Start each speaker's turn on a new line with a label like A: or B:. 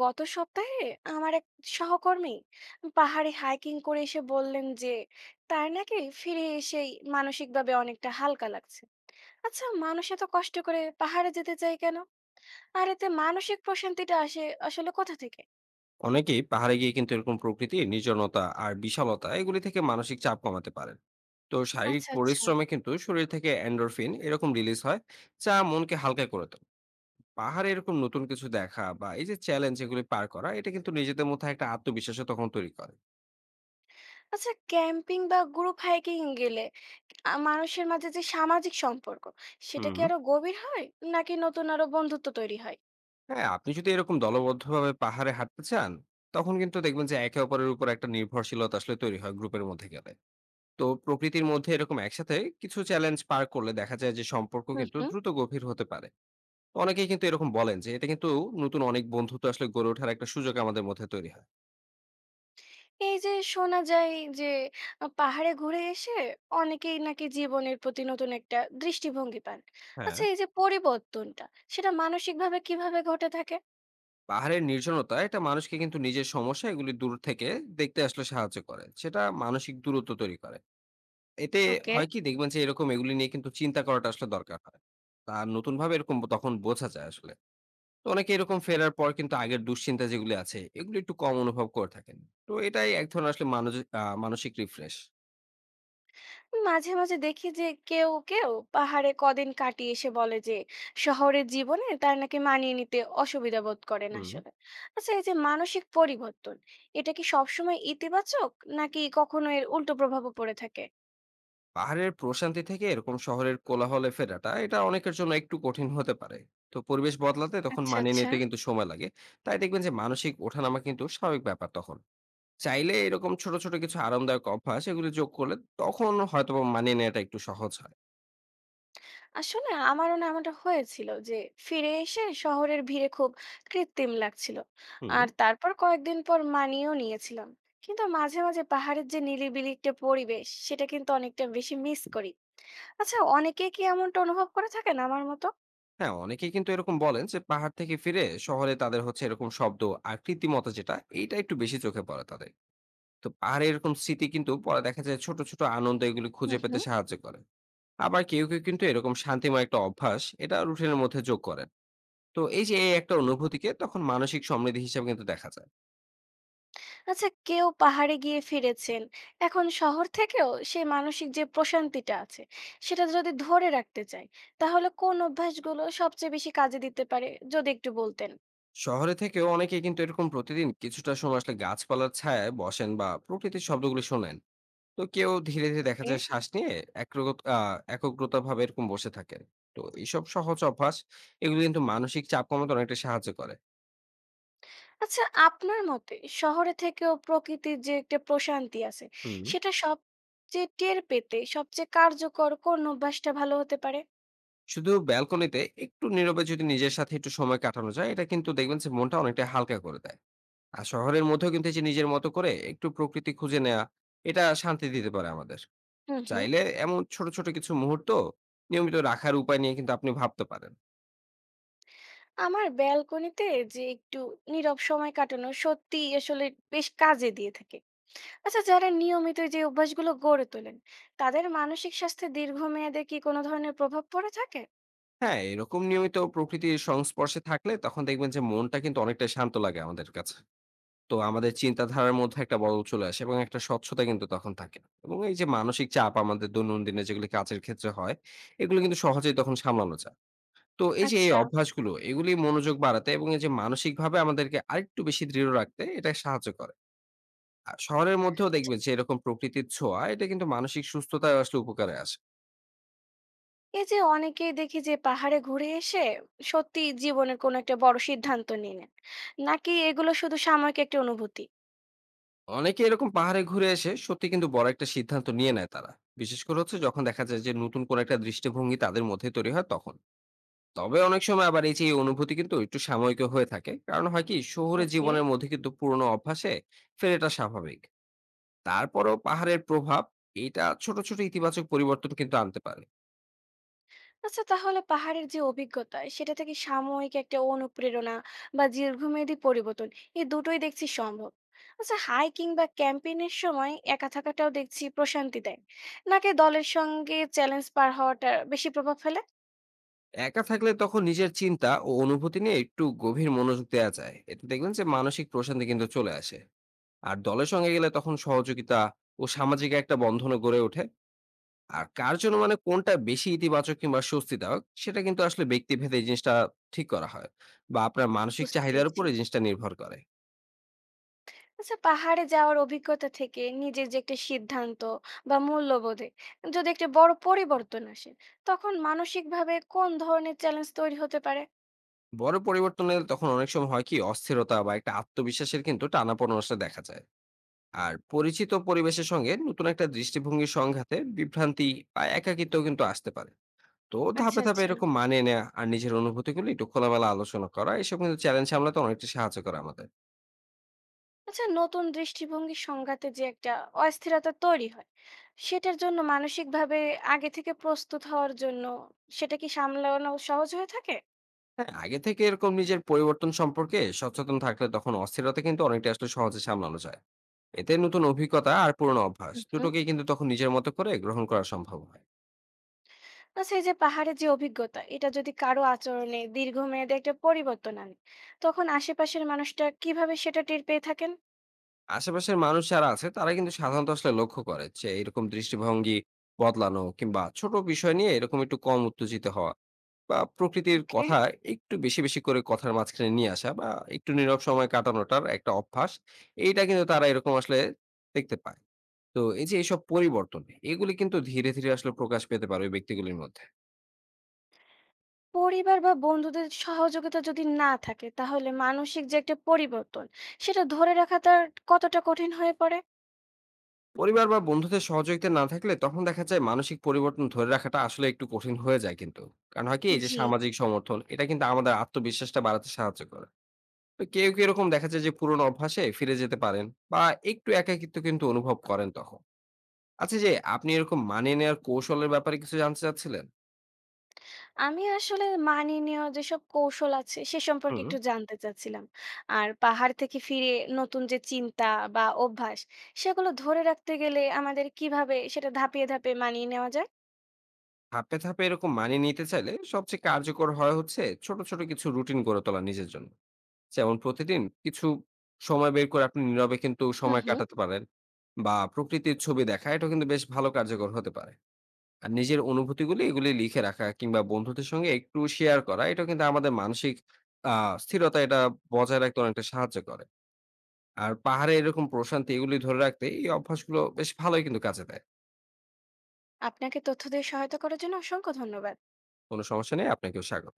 A: গত সপ্তাহে আমার এক সহকর্মী পাহাড়ে হাইকিং করে এসে বললেন যে তার নাকি ফিরে এসেই মানসিকভাবে অনেকটা হালকা লাগছে। আচ্ছা, মানুষ এত কষ্ট করে পাহাড়ে যেতে চায় কেন? আর এতে মানসিক প্রশান্তিটা আসে আসলে কোথা থেকে?
B: অনেকেই পাহাড়ে গিয়ে কিন্তু এরকম প্রকৃতির নির্জনতা আর বিশালতা এগুলি থেকে মানসিক চাপ কমাতে পারেন। তো শারীরিক
A: আচ্ছা আচ্ছা।
B: পরিশ্রমে কিন্তু শরীর থেকে এন্ডোরফিন এরকম রিলিজ হয়, যা মনকে হালকা করে তোলে। পাহাড়ে এরকম নতুন কিছু দেখা বা এই যে চ্যালেঞ্জ এগুলি পার করা, এটা কিন্তু নিজেদের মধ্যে একটা আত্মবিশ্বাসও তখন তৈরি করে।
A: আচ্ছা, ক্যাম্পিং বা গ্রুপ হাইকিং গেলে মানুষের মাঝে যে সামাজিক সম্পর্ক, সেটা
B: হুম।
A: কি আরো গভীর হয়, নাকি নতুন আরো বন্ধুত্ব তৈরি হয়?
B: হ্যাঁ, আপনি যদি এরকম দলবদ্ধভাবে পাহাড়ে হাঁটতে চান, তখন কিন্তু দেখবেন যে একে অপরের উপর একটা নির্ভরশীলতা আসলে তৈরি হয় গ্রুপের মধ্যে গেলে। তো প্রকৃতির মধ্যে এরকম একসাথে কিছু চ্যালেঞ্জ পার করলে দেখা যায় যে সম্পর্ক
A: হুম
B: কিন্তু
A: হুম।
B: দ্রুত গভীর হতে পারে। অনেকেই কিন্তু এরকম বলেন যে এটা কিন্তু নতুন অনেক বন্ধুত্ব আসলে গড়ে ওঠার একটা সুযোগ আমাদের মধ্যে তৈরি হয়।
A: এই যে শোনা যায় যে পাহাড়ে ঘুরে এসে অনেকেই নাকি জীবনের প্রতি নতুন একটা দৃষ্টিভঙ্গি পান।
B: হ্যাঁ।
A: আচ্ছা, এই যে পরিবর্তনটা, সেটা মানসিকভাবে কিভাবে ঘটে থাকে?
B: পাহাড়ের নির্জনতা এটা মানুষকে কিন্তু নিজের সমস্যা এগুলি দূর থেকে দেখতে আসলে সাহায্য করে, সেটা মানসিক দূরত্ব তৈরি করে এতে।
A: ওকে।
B: হয় কি, দেখবেন যে এরকম এগুলি নিয়ে কিন্তু চিন্তা করাটা আসলে দরকার হয়, আর নতুন ভাবে এরকম তখন বোঝা যায় আসলে। তো অনেকে এরকম ফেরার পর কিন্তু আগের দুশ্চিন্তা যেগুলি আছে এগুলি একটু কম অনুভব করে থাকেন। তো এটাই এক ধরনের আসলে মানুষ, মানসিক রিফ্রেশ।
A: মাঝে মাঝে দেখি যে কেউ কেউ পাহাড়ে কদিন কাটিয়ে এসে বলে যে শহরের জীবনে তার নাকি মানিয়ে নিতে অসুবিধা বোধ করেন
B: হুম।
A: আসলে। আচ্ছা, এই যে মানসিক পরিবর্তন, এটা কি সবসময় ইতিবাচক, নাকি কখনো এর উল্টো প্রভাবও পড়ে থাকে?
B: পাহাড়ের প্রশান্তি থেকে এরকম শহরের কোলাহলে ফেরাটা, এটা অনেকের জন্য একটু কঠিন হতে পারে। তো পরিবেশ বদলাতে তখন
A: আচ্ছা
B: মানিয়ে
A: আচ্ছা।
B: নিতে কিন্তু সময় লাগে। তাই দেখবেন যে মানসিক ওঠানামা কিন্তু স্বাভাবিক ব্যাপার তখন। চাইলে এরকম ছোট ছোট কিছু আরামদায়ক অভ্যাস এগুলো যোগ করলে তখন হয়তো বা মানিয়ে নেওয়াটা একটু সহজ হয়।
A: আসলে আমারও না এমনটা হয়েছিল যে ফিরে এসে শহরের ভিড়ে খুব কৃত্রিম লাগছিল।
B: হুম।
A: আর তারপর কয়েকদিন পর মানিয়েও নিয়েছিলাম, কিন্তু মাঝে মাঝে পাহাড়ের যে নিরিবিলি একটা পরিবেশ সেটা কিন্তু অনেকটা বেশি মিস করি। আচ্ছা, অনেকে কি এমনটা অনুভব করে থাকেন আমার মতো?
B: হ্যাঁ, অনেকেই কিন্তু এরকম বলেন যে পাহাড় থেকে ফিরে শহরে তাদের হচ্ছে এরকম শব্দ আর কৃত্রিমতা যেটা, এটা একটু বেশি চোখে পড়ে তাদের। তো পাহাড়ে এরকম স্মৃতি কিন্তু পরে দেখা যায় ছোট ছোট আনন্দ এগুলো
A: হুম
B: খুঁজে পেতে
A: হুম।
B: সাহায্য করে। আবার কেউ কেউ কিন্তু এরকম শান্তিময় একটা অভ্যাস এটা রুটিনের মধ্যে যোগ করেন। তো এই যে এই একটা অনুভূতিকে তখন মানসিক সমৃদ্ধি হিসেবে কিন্তু দেখা যায়।
A: আচ্ছা, কেউ পাহাড়ে গিয়ে ফিরেছেন, এখন শহর থেকেও সেই মানসিক যে প্রশান্তিটা আছে, সেটা যদি ধরে রাখতে চায়, তাহলে কোন অভ্যাসগুলো সবচেয়ে বেশি কাজে দিতে পারে, যদি একটু বলতেন।
B: শহরে থেকেও অনেকে কিন্তু এরকম প্রতিদিন কিছুটা সময় আসলে গাছপালার ছায়ায় বসেন বা প্রকৃতির শব্দগুলি শোনেন। তো কেউ ধীরে ধীরে দেখা যায় শ্বাস নিয়ে একগ্রতা ভাবে এরকম বসে থাকেন। তো এইসব সহজ অভ্যাস এগুলো কিন্তু মানসিক চাপ কমাতে অনেকটা সাহায্য করে।
A: আচ্ছা, আপনার মতে শহরে থেকেও প্রকৃতির যে একটা প্রশান্তি আছে,
B: হুম।
A: সেটা সবচেয়ে টের পেতে সবচেয়ে কার্যকর কোন অভ্যাসটা ভালো হতে পারে?
B: শুধু ব্যালকনিতে একটু নীরবে যদি নিজের সাথে একটু সময় কাটানো যায়, এটা কিন্তু দেখবেন যে মনটা অনেকটা হালকা করে দেয়। আর শহরের মধ্যেও কিন্তু এই যে নিজের মতো করে একটু প্রকৃতি খুঁজে নেওয়া, এটা শান্তি দিতে পারে আমাদের।
A: হুম হুম।
B: চাইলে এমন ছোট ছোট কিছু মুহূর্ত নিয়মিত রাখার উপায় নিয়ে কিন্তু আপনি ভাবতে পারেন।
A: আমার ব্যালকনিতে যে একটু নীরব সময় কাটানো সত্যি আসলে বেশ কাজে দিয়ে থাকে। আচ্ছা, যারা নিয়মিত যে অভ্যাসগুলো গড়ে তোলেন, তাদের মানসিক স্বাস্থ্যে দীর্ঘমেয়াদে কি কোনো ধরনের প্রভাব পড়ে থাকে?
B: হ্যাঁ, এরকম নিয়মিত প্রকৃতির সংস্পর্শে থাকলে তখন দেখবেন যে মনটা কিন্তু অনেকটা শান্ত লাগে আমাদের কাছে। তো আমাদের চিন্তাধারার মধ্যে একটা বদল চলে আসে এবং একটা স্বচ্ছতা কিন্তু তখন থাকে। এবং এই যে মানসিক চাপ আমাদের দৈনন্দিনে যেগুলি কাজের ক্ষেত্রে হয়, এগুলো কিন্তু সহজেই তখন সামলানো যায়। তো এই যে এই
A: আচ্ছা।
B: অভ্যাসগুলো এগুলি মনোযোগ বাড়াতে এবং এই যে মানসিকভাবে আমাদেরকে আরেকটু বেশি দৃঢ় রাখতে, এটা সাহায্য করে। আর শহরের মধ্যেও দেখবেন যে এরকম প্রকৃতির ছোঁয়া এটা কিন্তু মানসিক সুস্থতায় আসলে উপকারে আসে।
A: এই যে অনেকেই দেখি যে পাহাড়ে ঘুরে এসে সত্যি জীবনের কোনো একটা বড় সিদ্ধান্ত নিয়ে নেন, নাকি এগুলো শুধু সাময়িক একটা অনুভূতি?
B: অনেকে এরকম পাহাড়ে ঘুরে এসে সত্যি কিন্তু বড় একটা সিদ্ধান্ত নিয়ে নেয় তারা, বিশেষ করে হচ্ছে যখন দেখা যায় যে নতুন কোন একটা দৃষ্টিভঙ্গি তাদের মধ্যে তৈরি হয় তখন। তবে অনেক সময় আবার এই যে এই অনুভূতি কিন্তু একটু সাময়িক হয়ে থাকে, কারণ হয় কি শহুরে
A: ওকে।
B: জীবনের মধ্যে কিন্তু পুরনো অভ্যাসে ফের, এটা স্বাভাবিক। তারপরেও পাহাড়ের প্রভাব এটা ছোট ছোট ইতিবাচক পরিবর্তন কিন্তু আনতে পারে।
A: আচ্ছা, তাহলে পাহাড়ের যে অভিজ্ঞতা সেটা থেকে সাময়িক একটা অনুপ্রেরণা বা দীর্ঘমেয়াদী পরিবর্তন, এই দুটোই দেখছি সম্ভব। আচ্ছা, হাইকিং বা ক্যাম্পেইন এর সময় একা থাকাটাও দেখছি প্রশান্তি দেয়, নাকি দলের সঙ্গে চ্যালেঞ্জ পার হওয়াটা বেশি প্রভাব ফেলে?
B: একা থাকলে তখন নিজের চিন্তা ও অনুভূতি নিয়ে একটু গভীর মনোযোগ দেওয়া যায়, এতে দেখবেন যে মানসিক প্রশান্তি কিন্তু চলে আসে। আর দলের সঙ্গে গেলে তখন সহযোগিতা ও সামাজিক একটা বন্ধন গড়ে ওঠে। আর কার জন্য মানে কোনটা বেশি ইতিবাচক কিংবা স্বস্তিদায়ক, সেটা কিন্তু আসলে ব্যক্তিভেদে এই জিনিসটা ঠিক করা হয়, বা আপনার মানসিক
A: বুঝতে
B: চাহিদার উপর
A: পেরেছি।
B: এই জিনিসটা নির্ভর করে।
A: আচ্ছা, পাহাড়ে যাওয়ার অভিজ্ঞতা থেকে নিজের যে একটা সিদ্ধান্ত বা মূল্যবোধে যদি একটা বড় পরিবর্তন আসে, তখন মানসিকভাবে কোন ধরনের চ্যালেঞ্জ তৈরি হতে পারে?
B: বড় পরিবর্তন এলে তখন অনেক সময় হয় কি অস্থিরতা বা একটা আত্মবিশ্বাসের কিন্তু টানাপোড়েন আসলে দেখা যায়। আর পরিচিত পরিবেশের সঙ্গে নতুন একটা দৃষ্টিভঙ্গির সংঘাতে বিভ্রান্তি বা একাকিত্ব কিন্তু আসতে পারে। তো
A: আচ্ছা
B: ধাপে ধাপে
A: আচ্ছা।
B: এরকম মানিয়ে নেওয়া আর নিজের অনুভূতিগুলো একটু খোলামেলা আলোচনা করা, এসব কিন্তু চ্যালেঞ্জ সামলাতে অনেকটা সাহায্য করে আমাদের।
A: আচ্ছা, নতুন দৃষ্টিভঙ্গির সংঘাতে যে একটা অস্থিরতা তৈরি হয়, সেটার জন্য মানসিকভাবে আগে থেকে প্রস্তুত হওয়ার জন্য সেটা কি সামলানো সহজ হয়ে থাকে?
B: হ্যাঁ, আগে থেকে এরকম নিজের পরিবর্তন সম্পর্কে সচেতন থাকলে তখন অস্থিরতা কিন্তু অনেকটা আসলে সহজে সামলানো যায়। এতে নতুন অভিজ্ঞতা আর পুরনো অভ্যাস
A: হুম।
B: দুটোকেই কিন্তু তখন নিজের মতো করে গ্রহণ করা সম্ভব হয়।
A: আচ্ছা, এই যে পাহাড়ের যে অভিজ্ঞতা, এটা যদি কারো আচরণে দীর্ঘমেয়াদে একটা পরিবর্তন আনে, তখন আশেপাশের মানুষটা কিভাবে সেটা টের পেয়ে থাকেন?
B: আশেপাশের মানুষ যারা আছে তারা কিন্তু সাধারণত আসলে লক্ষ্য করে যে এরকম দৃষ্টিভঙ্গি বদলানো কিংবা ছোট বিষয় নিয়ে এরকম একটু কম উত্তেজিত হওয়া, বা প্রকৃতির
A: ওকে।
B: কথা একটু বেশি বেশি করে কথার মাঝখানে নিয়ে আসা, বা একটু নীরব সময় কাটানোটার একটা অভ্যাস, এইটা কিন্তু তারা এরকম আসলে দেখতে পায়। তো এই যে এইসব পরিবর্তন এগুলি কিন্তু ধীরে ধীরে আসলে প্রকাশ পেতে পারে ওই ব্যক্তিগুলির মধ্যে।
A: পরিবার বা বন্ধুদের সহযোগিতা যদি না থাকে, তাহলে মানসিক যে একটা পরিবর্তন সেটা ধরে রাখা তার কতটা কঠিন হয়ে পড়ে?
B: পরিবার বা বন্ধুদের সহযোগিতা না থাকলে তখন দেখা যায় মানসিক পরিবর্তন ধরে রাখাটা আসলে একটু কঠিন হয়ে যায় কিন্তু। কারণ হয় কি এই যে
A: জি।
B: সামাজিক সমর্থন এটা কিন্তু আমাদের আত্মবিশ্বাসটা বাড়াতে সাহায্য করে। তো কেউ কি এরকম দেখা যায় যে পুরোনো অভ্যাসে ফিরে যেতে পারেন, বা একটু একাকিত্ব কিন্তু অনুভব করেন তখন। আচ্ছা, যে আপনি এরকম মানিয়ে নেওয়ার কৌশলের ব্যাপারে কিছু জানতে চাচ্ছিলেন?
A: আমি আসলে মানিয়ে নেওয়ার যেসব কৌশল আছে সে সম্পর্কে
B: হুম।
A: একটু জানতে চাচ্ছিলাম। আর পাহাড় থেকে ফিরে নতুন যে চিন্তা বা অভ্যাস, সেগুলো ধরে রাখতে গেলে আমাদের কিভাবে সেটা ধাপে ধাপে মানিয়ে নেওয়া যায়?
B: ধাপে, ধাপে এরকম মানিয়ে নিতে চাইলে সবচেয়ে কার্যকর হয় হচ্ছে ছোট, ছোট কিছু রুটিন গড়ে তোলা নিজের জন্য। যেমন প্রতিদিন কিছু সময় বের করে আপনি নীরবে কিন্তু
A: হুম
B: সময়
A: হুম।
B: কাটাতে পারেন, বা প্রকৃতির ছবি দেখা, এটা কিন্তু বেশ ভালো কার্যকর হতে পারে। আর নিজের অনুভূতিগুলি এগুলি লিখে রাখা কিংবা বন্ধুদের সঙ্গে একটু শেয়ার করা, এটা কিন্তু আমাদের মানসিক আ স্থিরতা এটা বজায় রাখতে অনেকটা সাহায্য করে। আর পাহাড়ে এরকম প্রশান্তি এগুলি ধরে রাখতে এই অভ্যাসগুলো বেশ ভালোই কিন্তু কাজে দেয়।
A: আপনাকে তথ্য দিয়ে সহায়তা করার জন্য অসংখ্য ধন্যবাদ।
B: কোনো সমস্যা নেই, আপনাকেও স্বাগত।